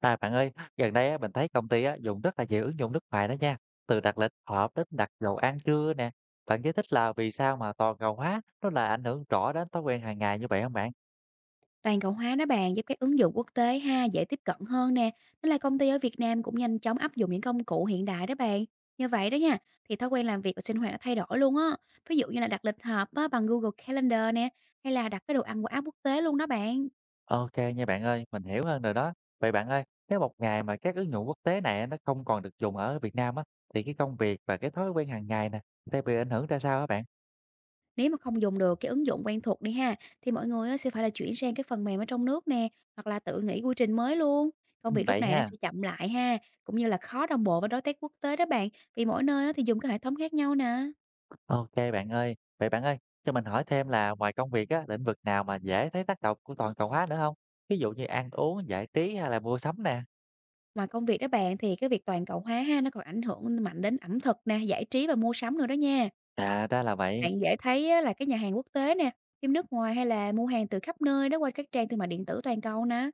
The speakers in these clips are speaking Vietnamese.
À bạn ơi, gần đây á, mình thấy công ty á, dùng rất là nhiều ứng dụng nước ngoài đó nha. Từ đặt lịch họp đến đặt dầu ăn trưa nè. Bạn giải thích là vì sao mà toàn cầu hóa nó là ảnh hưởng rõ đến thói quen hàng ngày như vậy không bạn? Toàn cầu hóa đó bạn giúp các ứng dụng quốc tế ha dễ tiếp cận hơn nè, nên là công ty ở Việt Nam cũng nhanh chóng áp dụng những công cụ hiện đại đó bạn. Như vậy đó nha, thì thói quen làm việc và sinh hoạt đã thay đổi luôn á. Ví dụ như là đặt lịch họp á, bằng Google Calendar nè, hay là đặt cái đồ ăn qua app quốc tế luôn đó bạn. Ok nha bạn ơi, mình hiểu hơn rồi đó. Vậy bạn ơi, nếu một ngày mà các ứng dụng quốc tế này nó không còn được dùng ở Việt Nam á, thì cái công việc và cái thói quen hàng ngày nè sẽ bị ảnh hưởng ra sao hả bạn? Nếu mà không dùng được cái ứng dụng quen thuộc đi ha, thì mọi người á, sẽ phải là chuyển sang cái phần mềm ở trong nước nè, hoặc là tự nghĩ quy trình mới luôn. Công Ừ, việc lúc vậy này nó ha. sẽ chậm lại ha, cũng như là khó đồng bộ với đối tác quốc tế đó bạn, vì mỗi nơi á, thì dùng cái hệ thống khác nhau nè. OK bạn ơi. Vậy bạn ơi, cho mình hỏi thêm là ngoài công việc á, lĩnh vực nào mà dễ thấy tác động của toàn cầu hóa nữa không? Ví dụ như ăn uống, giải trí hay là mua sắm nè? Ngoài công việc đó bạn, thì cái việc toàn cầu hóa ha, nó còn ảnh hưởng mạnh đến ẩm thực nè, giải trí và mua sắm nữa đó nha. À, ra là vậy, Bạn dễ thấy á là cái nhà hàng quốc tế nè, phim nước ngoài hay là mua hàng từ khắp nơi đó qua các trang thương mại điện tử toàn cầu nè.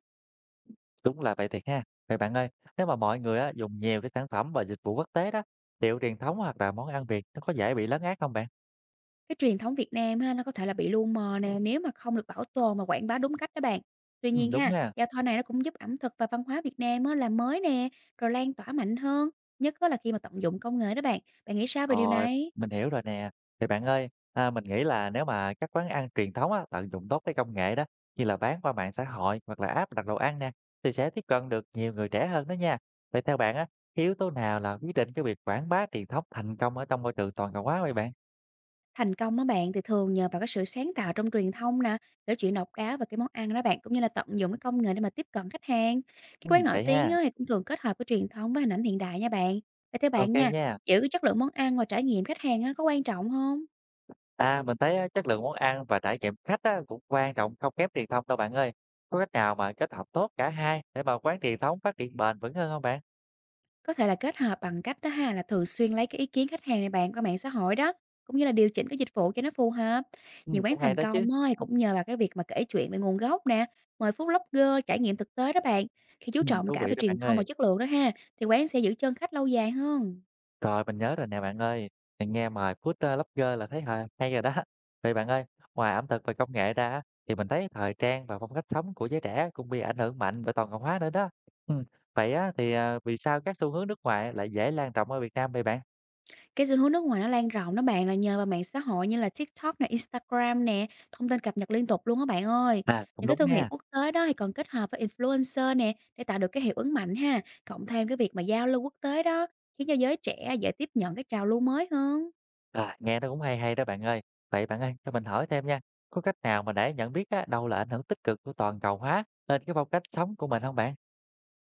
đúng là vậy thiệt ha. Vậy bạn ơi, nếu mà mọi người á, dùng nhiều cái sản phẩm và dịch vụ quốc tế đó, liệu truyền thống hoặc là món ăn Việt nó có dễ bị lấn át không bạn? Cái truyền thống Việt Nam ha, nó có thể là bị lu mờ nè, nếu mà không được bảo tồn và quảng bá đúng cách đó bạn. Tuy nhiên Đúng ha, ha. giao thoa này nó cũng giúp ẩm thực và văn hóa Việt Nam á làm mới nè, rồi lan tỏa mạnh hơn, nhất á là khi mà tận dụng công nghệ đó bạn. Bạn nghĩ sao về điều Rồi, này? mình hiểu rồi nè. Thì bạn ơi, mình nghĩ là nếu mà các quán ăn truyền thống á, tận dụng tốt cái công nghệ đó, như là bán qua mạng xã hội hoặc là app đặt đồ ăn nè, thì sẽ tiếp cận được nhiều người trẻ hơn đó nha. Vậy theo bạn á, cái yếu tố nào là quyết định cái việc quảng bá truyền thống thành công ở trong môi trường toàn cầu hóa vậy bạn? Thành công đó bạn, thì thường nhờ vào cái sự sáng tạo trong truyền thông nè, kể chuyện độc đáo và cái món ăn đó bạn, cũng như là tận dụng cái công nghệ để mà tiếp cận khách hàng. Cái Ừ, quán nổi vậy tiếng ha, đó thì cũng thường kết hợp cái truyền thống với hình ảnh hiện đại nha bạn. Vậy theo ok bạn nha, nha. giữ cái chất lượng món ăn và trải nghiệm khách hàng á, nó có quan trọng không? À, mình thấy á, chất lượng món ăn và trải nghiệm khách á, cũng quan trọng không kém truyền thống đâu bạn ơi. Có cách nào mà kết hợp tốt cả hai để mà quán truyền thống phát triển bền vững hơn không bạn? Có thể là kết hợp bằng cách đó ha là thường xuyên lấy cái ý kiến khách hàng này bạn qua mạng xã hội đó, cũng như là điều chỉnh cái dịch vụ cho nó phù hợp. Ừ, Nhiều quán cũng hay thành đó chứ. công á, thì cũng nhờ vào cái việc mà kể chuyện về nguồn gốc nè, mời food blogger trải nghiệm thực tế đó bạn. Khi chú Ừ, trọng thú cả vị về đó truyền bạn thông và ơi. chất lượng đó ha, thì quán sẽ giữ chân khách lâu dài hơn. Rồi, mình nhớ rồi nè bạn ơi, mình nghe mời food, blogger là thấy hay rồi đó. Vậy bạn ơi, ngoài ẩm thực và công nghệ ra á, thì mình thấy thời trang và phong cách sống của giới trẻ cũng bị ảnh hưởng mạnh bởi toàn cầu hóa nữa đó. Ừm, vậy á thì, vì sao các xu hướng nước ngoài lại dễ lan rộng ở Việt Nam vậy bạn? Cái xu hướng nước ngoài nó lan rộng đó bạn là nhờ vào mạng xã hội như là TikTok nè, Instagram nè, thông tin cập nhật liên tục luôn á bạn ơi. À, cũng Những cái đúng thương hiệu nha. quốc tế đó thì còn kết hợp với influencer nè để tạo được cái hiệu ứng mạnh ha, cộng thêm cái việc mà giao lưu quốc tế đó khiến cho giới trẻ dễ tiếp nhận cái trào lưu mới hơn. À, nghe nó cũng hay hay đó bạn ơi. Vậy bạn ơi, cho mình hỏi thêm nha, có cách nào mà để nhận biết á, đâu là ảnh hưởng tích cực của toàn cầu hóa lên cái phong cách sống của mình không bạn?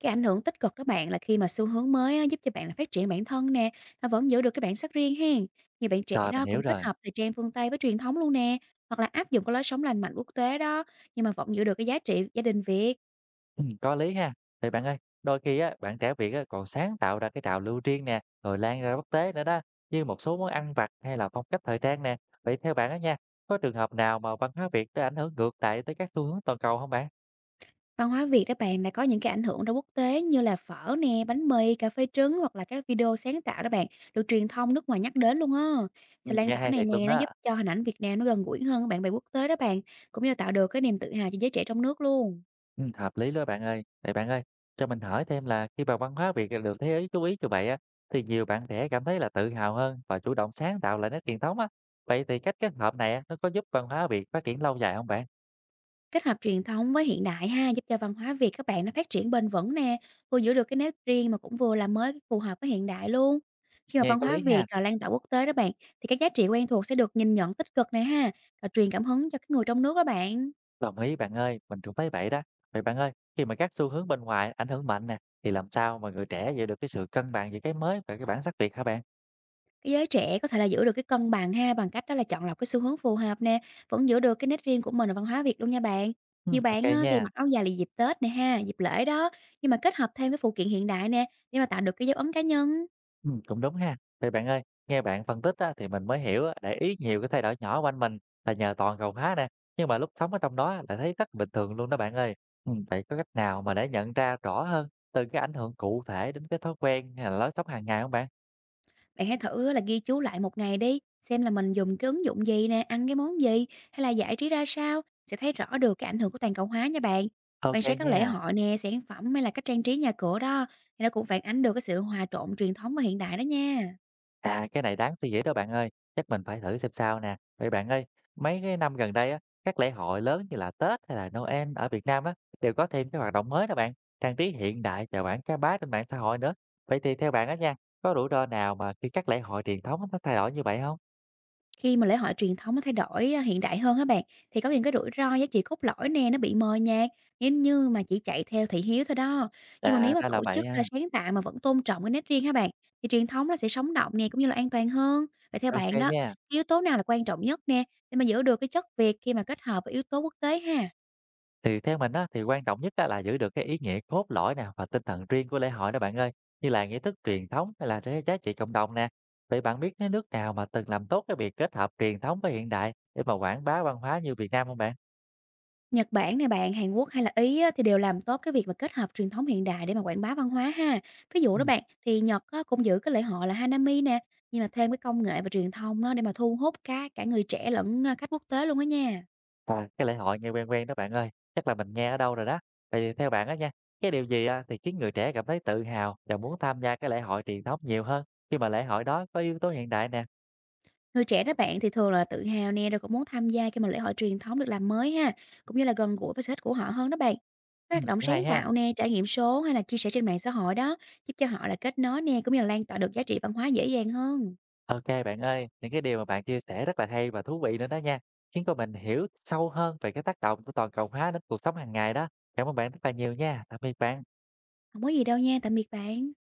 Cái ảnh hưởng tích cực đó bạn là khi mà xu hướng mới á, giúp cho bạn là phát triển bản thân nè, nó vẫn giữ được cái bản sắc riêng hen. Nhiều bạn trẻ Rồi, mình đó hiểu cũng kết rồi. hợp thời trang phương Tây với truyền thống luôn nè, hoặc là áp dụng cái lối sống lành mạnh quốc tế đó, nhưng mà vẫn giữ được cái giá trị gia đình Việt. Có lý ha. Thì bạn ơi, đôi khi á, bạn trẻ Việt á, còn sáng tạo ra cái trào lưu riêng nè, rồi lan ra quốc tế nữa đó, như một số món ăn vặt hay là phong cách thời trang nè. Vậy theo bạn á nha, có trường hợp nào mà văn hóa Việt đã ảnh hưởng ngược lại tới các xu hướng toàn cầu không bạn? Văn hóa Việt đó bạn, đã có những cái ảnh hưởng ra quốc tế như là phở nè, bánh mì, cà phê trứng hoặc là các video sáng tạo đó bạn, được truyền thông nước ngoài nhắc đến luôn á. Sự lan Nghe tỏa hay này thiệt luôn nè, nó đó. giúp cho hình ảnh Việt Nam nó gần gũi hơn các bạn bè quốc tế đó bạn, cũng như là tạo được cái niềm tự hào cho giới trẻ trong nước luôn. Hợp lý đó bạn ơi. Vậy bạn ơi, cho mình hỏi thêm là khi mà văn hóa Việt, được thế giới chú ý như vậy á, thì nhiều bạn trẻ cảm thấy là tự hào hơn và chủ động sáng tạo lại nét truyền thống á. Vậy thì cách kết hợp này á, nó có giúp văn hóa Việt phát triển lâu dài không bạn? Kết hợp truyền thống với hiện đại ha, giúp cho văn hóa Việt các bạn nó phát triển bền vững nè, vừa giữ được cái nét riêng mà cũng vừa làm mới cái phù hợp với hiện đại luôn. Khi mà Nghe văn có hóa lý Việt ha. à, lan tỏa quốc tế đó bạn, thì các giá trị quen thuộc sẽ được nhìn nhận tích cực này ha, và truyền cảm hứng cho cái người trong nước đó bạn. Đồng ý bạn ơi, mình cũng thấy vậy đó. Vậy bạn ơi, khi mà các xu hướng bên ngoài ảnh hưởng mạnh nè, thì làm sao mà người trẻ giữ được cái sự cân bằng giữa cái mới và cái bản sắc Việt hả bạn? Cái giới trẻ có thể là giữ được cái cân bằng ha, bằng cách đó là chọn lọc cái xu hướng phù hợp nè, vẫn giữ được cái nét riêng của mình ở văn hóa Việt luôn nha bạn. Ừ, Nhiều ok bạn á, thì nha, mặc áo dài là dịp Tết nè ha, dịp lễ đó, nhưng mà kết hợp thêm cái phụ kiện hiện đại nè, để mà tạo được cái dấu ấn cá nhân. ừ, cũng đúng ha. Vậy bạn ơi, nghe bạn phân tích á, thì mình mới hiểu á, để ý nhiều cái thay đổi nhỏ quanh mình là nhờ toàn cầu hóa nè. Nhưng mà lúc sống ở trong đó á, lại thấy rất bình thường luôn đó bạn ơi. Ừ, vậy có cách nào mà để nhận ra rõ hơn từ cái ảnh hưởng cụ thể đến cái thói quen hay là lối sống hàng ngày không bạn? Bạn hãy thử là ghi chú lại một ngày đi, xem là mình dùng cái ứng dụng gì nè, ăn cái món gì, hay là giải trí ra sao, sẽ thấy rõ được cái ảnh hưởng của toàn cầu hóa nha bạn. Ok Quan sát các lễ nha. hội nè, sản phẩm hay là cách trang trí nhà cửa đó, thì nó cũng phản ánh được cái sự hòa trộn truyền thống và hiện đại đó nha. À, cái này đáng suy nghĩ đó bạn ơi, chắc mình phải thử xem sao nè. Vậy bạn ơi, mấy cái năm gần đây á, các lễ hội lớn như là Tết hay là Noel ở Việt Nam á, đều có thêm cái hoạt động mới đó bạn, trang trí hiện đại và quảng cáo bá trên mạng xã hội nữa. Vậy thì theo bạn á nha, có rủi ro nào mà khi các lễ hội truyền thống nó thay đổi như vậy không? Khi mà lễ hội truyền thống nó thay đổi, hiện đại hơn các bạn, thì có những cái rủi ro giá trị cốt lõi nè, nó bị mờ nhạt, nếu như mà chỉ chạy theo thị hiếu thôi đó. Nhưng mà À, nếu mà ra là tổ vậy chức, ha. sáng tạo mà vẫn tôn trọng cái nét riêng các bạn, thì truyền thống nó sẽ sống động nè, cũng như là an toàn hơn. Vậy theo Ok bạn đó, nha. yếu tố nào là quan trọng nhất nè, để mà giữ được cái chất Việt khi mà kết hợp với yếu tố quốc tế ha? Thì theo mình á, thì quan trọng nhất á, là giữ được cái ý nghĩa cốt lõi nè và tinh thần riêng của lễ hội đó bạn ơi, như là nghi thức truyền thống hay là cái giá trị cộng đồng nè. Vậy bạn biết cái nước nào mà từng làm tốt cái việc kết hợp truyền thống với hiện đại để mà quảng bá văn hóa như Việt Nam không bạn? Nhật Bản nè bạn, Hàn Quốc hay là Ý á, thì đều làm tốt cái việc mà kết hợp truyền thống hiện đại để mà quảng bá văn hóa ha. Ví Ừ. dụ đó bạn, thì Nhật á, cũng giữ cái lễ hội là Hanami nè, nhưng mà thêm cái công nghệ và truyền thông đó để mà thu hút cả cả người trẻ lẫn khách quốc tế luôn đó nha. À, cái lễ hội nghe quen quen đó bạn ơi, chắc là mình nghe ở đâu rồi đó. Vậy thì theo bạn á nha, cái điều gì thì khiến người trẻ cảm thấy tự hào và muốn tham gia cái lễ hội truyền thống nhiều hơn khi mà lễ hội đó có yếu tố hiện đại nè. Người trẻ đó bạn thì thường là tự hào nè, rồi cũng muốn tham gia cái mà lễ hội truyền thống được làm mới ha, cũng như là gần gũi với sở thích của họ hơn đó bạn. Các Ừ, hoạt động cũng hay sáng ha. tạo nè, trải nghiệm số hay là chia sẻ trên mạng xã hội đó, giúp cho họ là kết nối nè, cũng như là lan tỏa được giá trị văn hóa dễ dàng hơn. OK bạn ơi, những cái điều mà bạn chia sẻ rất là hay và thú vị nữa đó nha, khiến cho mình hiểu sâu hơn về cái tác động của toàn cầu hóa đến cuộc sống hàng ngày đó. Cảm ơn bạn rất là nhiều nha. Tạm biệt bạn. Không có gì đâu nha, tạm biệt bạn.